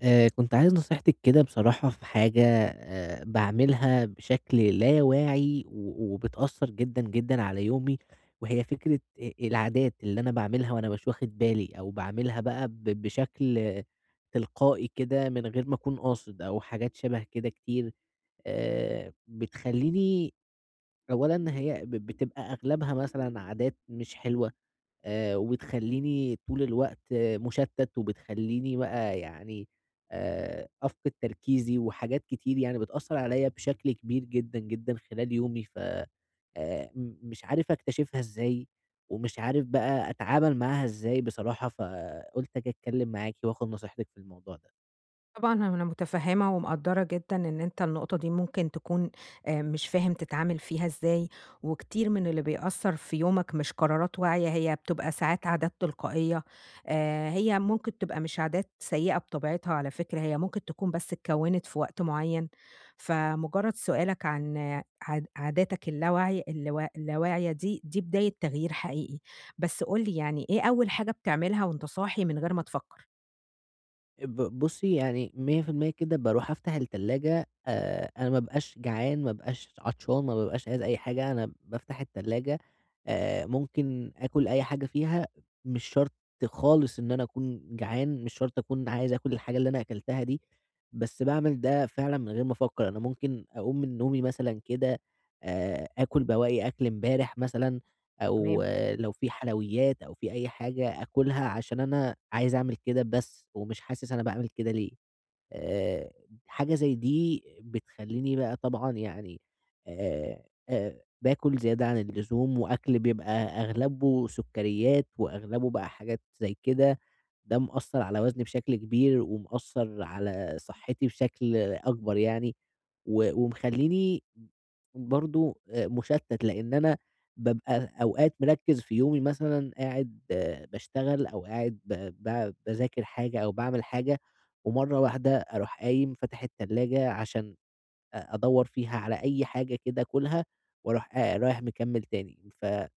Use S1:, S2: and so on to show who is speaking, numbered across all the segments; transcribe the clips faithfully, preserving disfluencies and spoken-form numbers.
S1: آآ كنت عايز نصيحتِك كده بصراحة في حاجة آآ باعملها بشكل لا واعي و وبتأثّر جدًا، جدًا على يومي، وهي فكرة آآ العادات اللي أنا باعملها وأنا مش واخد بالي، أو باعملها بقى ب بشكل آه، تلقائي كده من غير ما أكون قاصد، أو حاجات شَبه كده كتير. آآ بتخلّيني أولًا، هي ب بتبقى أغلبها مثلًا عادات مش حلوة، آآ وبتخلّيني طول الوقت آه، مُشتَّت، وبتخلّيني بقى يعني آآ أفقد تركيزي، وحاجات كتير يعني بتأثّر عليّا بشكل كبير جدًا، جدًا خلال يومي. ف آآ م مش عارف أكتشفها إزاي، ومش عارف بقى أتعامل معاها إزاي بصراحة، فقُلت آجي أتكلّم معاكِ وآخُد نصيحتِك في الموضوع ده.
S2: طبعًا أنا متفهمة ومقدّرة جدًا إن أنت النقطة دي ممكن تكون آآ، مش فاهم تتعامل فيها إزاي، وكتير من اللي بيأثّر في يومك مش قرارات واعية، هي بتبقى ساعات عادات تلقائية، آآ، هي ممكن تبقى مش عادات سيئة بطبيعتها على فكرة، هي ممكن تكون بس اتكوّنت في وقت معيّن، فمجرّد سؤالك عن آه، عاد عاداتك اللاواعي اللاوا اللاواعية دي، دي بداية تغيير حقيقي، بس قُل لي يعني إيه أول حاجة بتعملها وأنت صاحي من غير ما تفكّر؟
S1: ب بُصّي، يعني مية في المية كده باروح أفتح التلاجة. آآ، أنا ما أبقاش جعان، ما أبقاش عطشان، ما بابقاش عايز أي حاجة، أنا بافتح التلاجة. آآ، ممكن آكل أي حاجة فيها، مش شرط خالص إن أنا أكون جعان، مش شرط أكون عايز آكل الحاجة اللي أنا أكلتها دي، بس باعمل ده فعلًا من غير ما أفكّر. أنا ممكن أقوم من نومي مثلًا كده، آآ، آكل بواقي أكل امبارح مثلًا، أو
S2: تمام.
S1: آه، لو في حلويات أو في أي حاجة آكلها عشان أنا عايز أعمل كده بس، ومش حاسس أنا باعمل كده ليه. آآ حاجة زي دي بتخلّيني بقى طبعًا يعني، آآ آآ باكل زيادة عن اللزوم، وأكل بيبقى أغلبه سُكّريات، وأغلبه بقى حاجات زي كده. ده مأثّر على وزني بشكل كبير، ومأثّر على صحّتي بشكل أكبر يعني، و ومخلّيني برضه آآ مُشتّت، لإن أنا بابقى أوقات مركّز في يومي مثلًا، قاعد باشتغل، أو قاعد ب ب باذاكر حاجة أو باعمل حاجة، ومرّة واحدة أروح قايم فاتح التلاجة عشان أ أدوّر فيها على أي حاجة كده آكلها، وأروح آ رايح مكمّل تاني. فحاجة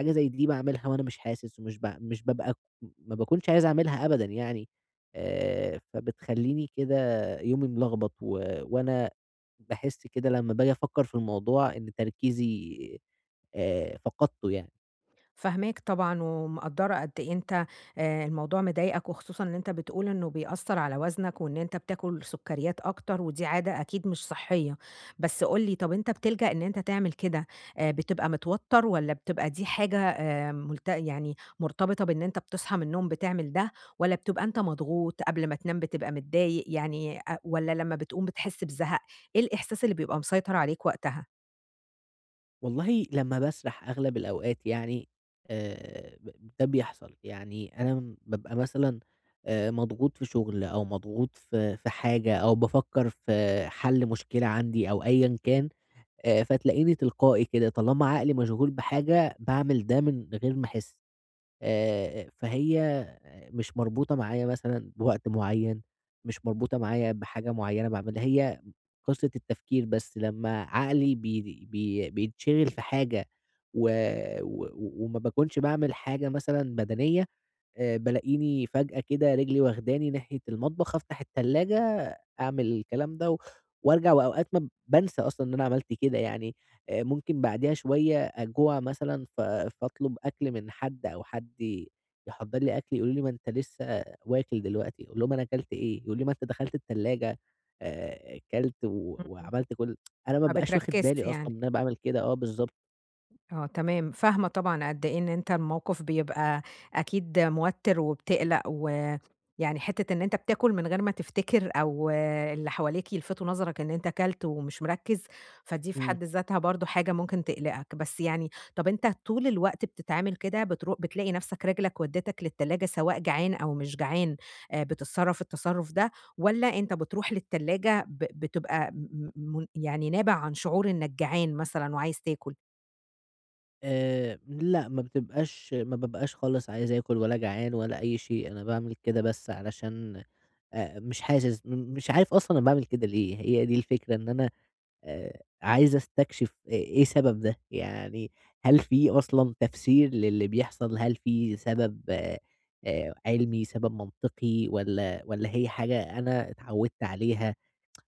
S1: زي دي باعملها وأنا مش حاسس، ومش ب مش بابقى ما باكونش عايز أعملها أبدًا يعني. آآ فبتخلّيني كده يومي ملخبط، و وأنا باحس كده لمّا باجي أفكّر في الموضوع إن تركيزي آآ فقدته يعني.
S2: فاهماك طبعًا، ومقدّرة قد إيه أنت آآ الموضوع مضايقك، وخصوصًا إن أنت بتقول إنه بيأثّر على وزنك، وإن أنت بتاكل سكريات أكتر، ودي عادة أكيد مش صحية. بس قُل لي، طَب أنت بتلجأ إن أنت تعمل كده، آآ بتبقى متوتر والّا بتبقى دي حاجة آآ ملت يعني مرتبطة بإن أنت بتصحى من النوم بتعمل ده، والّا بتبقى أنت مضغوط قبل ما تنام بتبقى متضايق يعني أ والّا لمّا بتقوم بتحس بزهق؟ إيه الإحساس اللي بيبقى مسيطر عليك وقتها؟
S1: والله لمّا باسرح أغلب الأوقات يعني، آآ ب ده بيحصل. يعني أنا م بابقى مثلًا آآ مضغوط في شغل، أو مضغوط في في حاجة، أو بافكّر في حل مشكلة عندي أو أيًا كان. آآ فتلاقيني تلقائي كده طالما عقلي مشغول بحاجة، باعمل ده من غير ما أحس. آآ، فهي مش مربوطة معايا مثلًا بوقت معيّن، مش مربوطة معايا بحاجة معيّنة باعملها، هي قصة التفكير بس لمّا عقلي بي بي بيتشغل في حاجة، و و وما باكونش باعمل حاجة مثلًا بدنية. آآ بالاقيني فجأة كده رجلي واخداني ناحية المطبخ، أفتح التلاجة، أعمل الكلام ده و وارجع، وأوقات ما بانسى أصلًا إن أنا عملت كده يعني. آآ ممكن بعديها شوية أجوع مثلًا، ف فاطلب أكل من حد، أو حد يحضّر لي أكل، يقولوا لي: "ما أنت لسه واكل دلوقتي." أقول لهم: "أنا أكلت إيه؟" يقولوا لي: "ما أنت دخلت التلاجة آآ كلت و
S2: إمم.
S1: وعملت كل." أنا ما
S2: ما
S1: بابقاش واخد
S2: بتركّزش
S1: بالي أصلًا
S2: يعني.
S1: إن أنا باعمل كده، آه بالضبط.
S2: آه تمام، فاهمة طبعًا قد إيه إن أنت الموقف بيبقى أكيد موتِّر وبتقلق، ويعني حتّة إن أنت بتاكل من غير ما تفتكر أو آه، اللي حواليك يلفتوا نظرك إن أنت كلت ومش مركّز، فدي في
S1: إمم.
S2: حد ذاتها برضه حاجة ممكن تقلقك، بس يعني طَب أنت طول الوقت بتتعامل كده بترو بتلاقي نَفْسك رِجلك ودّتك للتلاجة سواء جعان أو مش جعان آآ بتتصرّف التصرُّف ده، والّا أنت بتروح للتلاجة ب بتبقى م م من يعني نابع عن شعور إنك جعان مثلًا وعايز تاكل؟
S1: آآ لأ، ما بتبقاش ما بابقاش خالص عايز آكل ولا جعان ولا أي شيء، أنا باعمل كده بس علشان آآ مش حاسس، م مش عارف أصلًا أنا باعمل كده ليه. هي دي الفكرة، إن أنا آآ عايز أستكشف إ إيه سبب ده. يعني هل في أصلًا تفسير للي بيحصل؟ هل في سبب آآ علمي، سبب منطقي، والّا والّا هي حاجة أنا اتعودت عليها؟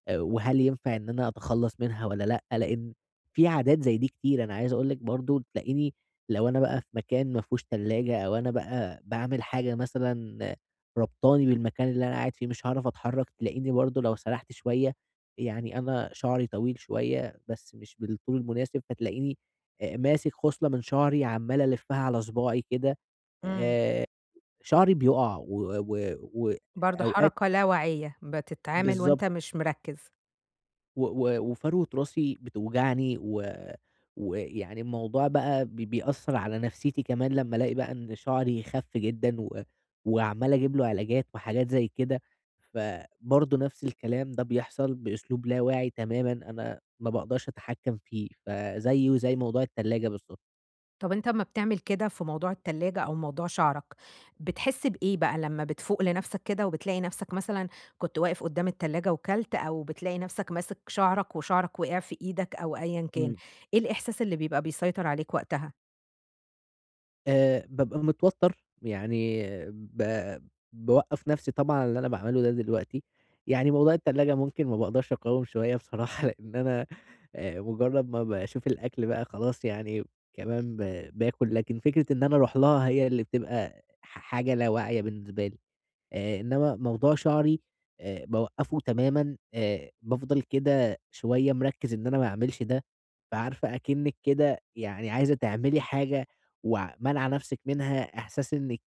S1: آآ وهل ينفع إن أنا أتخلّص منها والّا لأ؟ لإن في عادات زي دي كتير. أنا عايز أقول لِك برضه، تلاقيني لو أنا بقى في مكان ما فيهوش تلاجة، أو أنا بقى باعمل حاجة مثلًا آه، ربطاني بالمكان اللي أنا قاعد فيه مش هاعرف أتحرّك، تلاقيني برضه لو سرحت شوية. يعني أنا شعري طويل شوية بس مش بالطول المناسب، فتلاقيني آآ ماسك خُصلة من شعري، عمّال ألفّها على صباعي كده.
S2: إمم.
S1: آآ شعري بيُقع، و و
S2: برضه
S1: وأوقات
S2: حركة لا واعية، بتتعامل
S1: بالضبط.
S2: وأنت مش مركّز.
S1: و و وفروة راسي بتوجعني، و ويعني الموضوع بقى بي بيأثّر على نفسيتي كمان لمّا ألاقي بقى إن شعري خَف جدًا، و وعمّال أجيب له علاجات وحاجات زي كده. فبرضه نفس الكلام ده بيحصل بأسلوب لا واعي تمامًا، أنا ما باقدرش أتحكّم فيه، فزيه وزي موضوع التلاجة بالضبط.
S2: طَب أنت أمّا بتعمل كده في موضوع التلاجة أو موضوع شعرك، بتحس بإيه بقى لمّا بتفوق لنَفْسك كده وبتلاقي نَفْسك مثلًا كنت واقف قدّام التلاجة وكَلت أو بتلاقي نَفْسك ماسك شعرك وشعرك وقع في إيدك أو أيًا كان،
S1: إمم.
S2: إيه الإحساس اللي بيبقى بيسيطر عليك وقتها؟
S1: آآ بابقى متوتّر، يعني ب باوقّف نَفْسي طبعًا على اللي أنا باعمله ده دلوقتي. يعني موضوع التلاجة ممكن ما باقدرش أقاوم شوية بصراحة لإن أنا آآ مُجرّد ما باشوف الأكل بقى، خلاص يعني كمان ب باكُل. لكن فكرة إن أنا أروح لها، هي اللي بتبقى ح حاجة لا واعية بالنسبة لي. آآ، إنما موضوع شعري، آآ، باوقّفه تمامًا. آآ، بافضل كده شوية مركّز إن أنا ما أعملش ده. فعارفة أكنِّك كده يعني عايزة تعملي حاجة وع مانعة نَفْسِك منها، إحساس إنِّك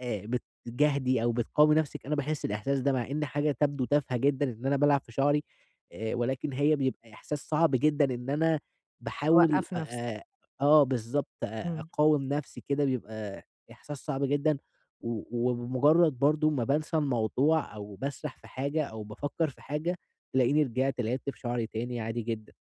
S1: آآ، بتجاهدي أو بتقاومي نَفْسِك. أنا باحس الإحساس ده، مع إن حاجة تبدو تافهة جدًا إن أنا بالعب في شعري، آآ، ولكن هي بيبقى إحساس صعب جدًا إن أنا باحاول
S2: توقّف نَفْسك.
S1: آآ آه بالضبط، أ
S2: إمم.
S1: أقاوم نَفْسي كده. بيبقى إحساس صعب جدًا، و وبمجرد برضه ما بانسى الموضوع، أو باسرح في حاجة، أو بافكر في حاجة، تلاقيني رجعت لعبت في شعري تاني عادي جدًا.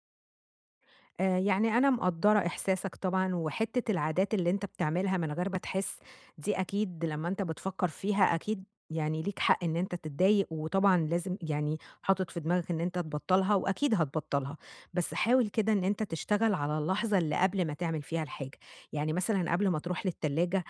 S2: آآ، يعني أنا مقدّرة إحساسك طبعًا، وحتّة العادات اللي أنت بتعملها من غير ما تحس، دي أكيد لمّا أنت بتفكّر فيها أكيد يعني ليك حق إن أنت تتضايق، وطبعًا لازم يعني حاطط في دماغك إن أنت تبطّلها وأكيد هتبطّلها، بس حاول كده إن أنت تشتغل على اللحظة اللي قبل ما تعمل فيها الحاجة، يعني مثلًا قبل ما تروح للتلاجة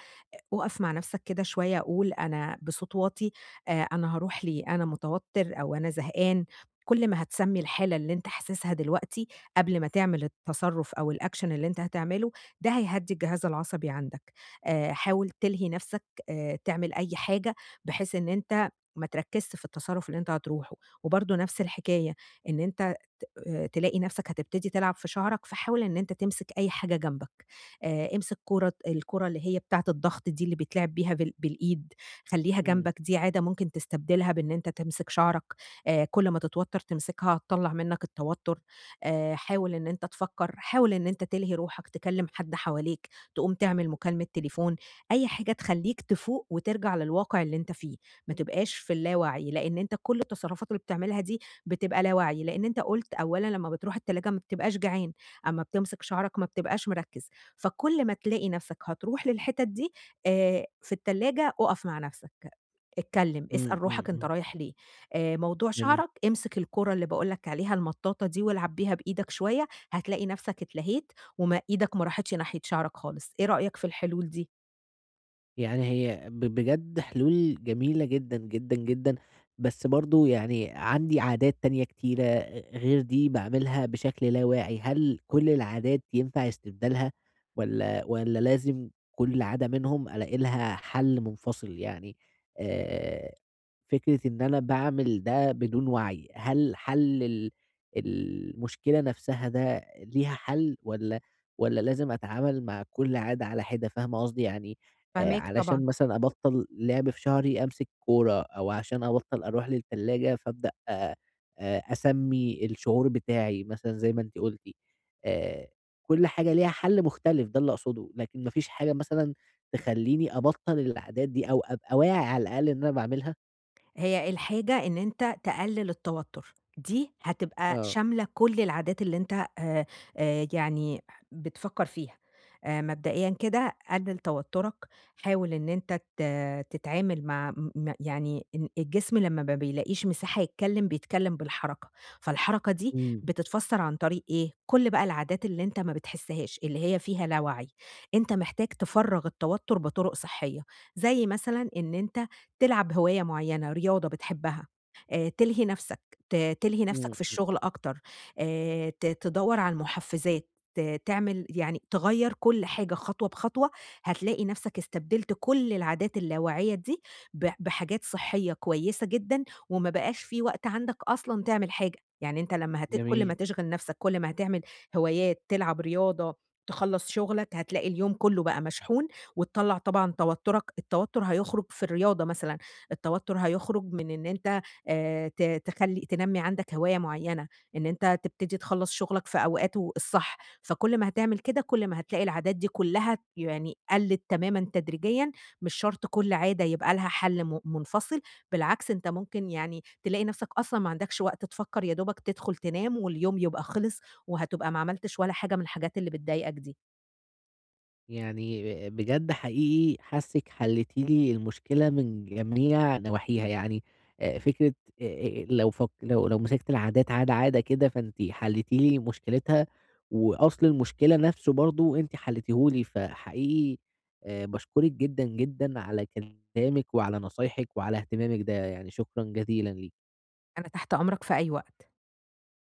S2: أُقف مع نفسك كده شوية قُل أنا بصوت واطي آآ، أنا هاروح ليه، أنا متوتّر أو أنا زهقان، كل ما هتسمّي الحالة اللي أنت حاسسها دلوقتي قبل ما تعمل التصرُّف أو الaction اللي أنت هتعمله، ده هيهدّي الجهاز العصبي عندك. آآ حاول تلهي نَفْسك، آآ تعمل أي حاجة بحيث إن أنت ما تركّزش في التصرُّف اللي أنت هتروحه. وبرضه نَفْس الحكاية، إن أنت ت آآ تلاقي نَفْسك هتبتدي تلعب في شعرك، فحاول إن أنت تمسك أي حاجة جنبك. آآ امسك كورة الكورة اللي هي بتاعة الضغط دي اللي بيتلعب بيها بال بالإيد، خلّيها
S1: إمم.
S2: جنبك، دي عادة ممكن تستبدلها بإن أنت تمسك شعرك، آآ كل ما تتوتّر تمسكها، هتطلّع منّك التوتُّر. آآ حاول إن أنت تفكّر، حاول إن أنت تلهي روحك، تكلّم حد حواليك، تقوم تعمل مكالمة تليفون، أي حاجة تخلّيك تفوق وترجع للواقع اللي أنت فيه، ما تبقاش في اللاوعي، لإن أنت كل التصرفات اللي بتعملها دي بتبقى لاواعي، لإن أنت قُلت أولًا لمّا بتروح التلاجة ما بتبقاش جعان، أمّا بتمسك شعرك ما بتبقاش مركّز، فكل ما تلاقي نفسك هتروح للحتت دي آآ في التلاجة أُقف مع نفسك، اتكلّم، اسأل
S1: إمم، إمم،
S2: روحك أنت
S1: إمم.
S2: رايح ليه. آآ موضوع
S1: جميل.
S2: شعرك، امسك الكرة اللي باقول لك عليها المطاطة دي والعب بيها بإيدك شوية، هتلاقي نفسك اتلهيت وما إيدك ما راحتش ناحية شعرك خالص، إيه رأيك في الحلول دي؟
S1: يعني هي ب بجد حلول جميلة جدًا، جدًا، جدًا. بس برضه يعني عندي عادات تانية كتيرة أ غير دي باعملها بشكل لا واعي. هل كل العادات ينفع استبدالها، والّا والّا لازم كل عادة منهم ألاقي لها حل منفصل؟ يعني آآ فكرة إن أنا باعمل ده بدون وعي، هل حل ال المشكلة نفسها ده ليها حل، والّا والّا لازم أتعامل مع كل عادة على حدة، فاهمة قصدي؟ يعني آآ
S2: فاهماك طبعًا.
S1: علشان مثلًا أبطّل لعب في شهري أمسك كورة، أو عشان أبطّل أروح للتلاجة فابدأ آآ أسمّي الشعور بتاعي مثلًا زي ما أنتِ قُلتِ. آآ كل حاجة ليها حل مختلف، ده اللي أقصده. لكن ما فيش حاجة مثلًا تخلّيني أبطّل العادات دي، أو أبقى واعي على الأقل إن أنا باعملها.
S2: هي الحاجة إن أنت تقلل التوتر، دي هتبقى
S1: آه.
S2: شاملة كل العادات اللي أنت آآ، آآ، يعني بتفكر فيها، آآ، مبدئيًا كده قلل توترك، حاول إن أنت ت تتعامل مع م يعني إن الجسم لما ما بيلاقيش مساحة يتكلم بيتكلم بالحركة، فالحركة دي
S1: إمم،
S2: بتتفسر عن طريق إيه؟ كل بقى العادات اللي أنت ما بتحسهاش اللي هي فيها لا وعي، أنت محتاج تفرغ التوتر بطرق صحية، زي مثلًا إن أنت تلعب هواية معيّنة، رياضة بتحبها، آآ تلهي نَفْسك، ت تلهي
S1: إمم،
S2: نَفْسك في
S1: إمم.
S2: الشغل أكتر، آآ ت تدوّر على المحفّزات، ت تعمل يعني تغيّر كل حاجة خطوة بخطوة، هتلاقي نَفْسك استبدلت كل العادات اللاواعية دي ب بحاجات صحّية كويسة جدًا، وما بقاش في وقت عندك أصلًا تعمل حاجة، يعني أنت لمّا هت كل ما
S1: جميل.
S2: تشغِل نَفْسك، كل ما هتعمل هوايات، تلعب رياضة، تخلّص شغلك، هتلاقي اليوم كُلّه بقى مشحون وتطلّع طبعًا توتُّرك، التوتُّر هيخرُج في الرياضة مثلًا، التوتُّر هيخرُج من إن أنت آآ ت تخلّي تنمّي عندك هواية معيّنة، إن أنت تبتدي تخلّص شُغلك في أوقاته الصح، فكل ما هتعمل كده، كل ما هتلاقي العادات دي كُلّها يعني قَلِّت تمامًا تدريجيًا، مش شرط كل عادة يبقى لها حَل م منفصل، بالعكس أنت ممكن يعني تلاقي نَفْسك أصلًا ما عندكش وقت تفكّر، يا دوبك تدخُل تنام واليوم يبقى خلِص وهتبقى ما عملتش ولا حاجة من الحاجات اللي بتضايقك دي.
S1: يعني ب بجد حقيقي حاسِّك حلّيتِ لي المشكلة من جميع نواحيها. يعني آآ فكرة آآ لو فك لو لو مسكت العادات عادة، عادة كده، فأنتِ حلّيتِ لي مشكلتها، وأصل المشكلة نَفْسه برضه أنتِ حلّيتيه لي. فحقيقي آآ باشكرِك جدًا، جدًا على كلامِك وعلى نصايحِك وعلى اهتمامِك ده، يعني شكرًا جزيلًا ليكِ.
S2: أنا تحت أمرك في أي وقت.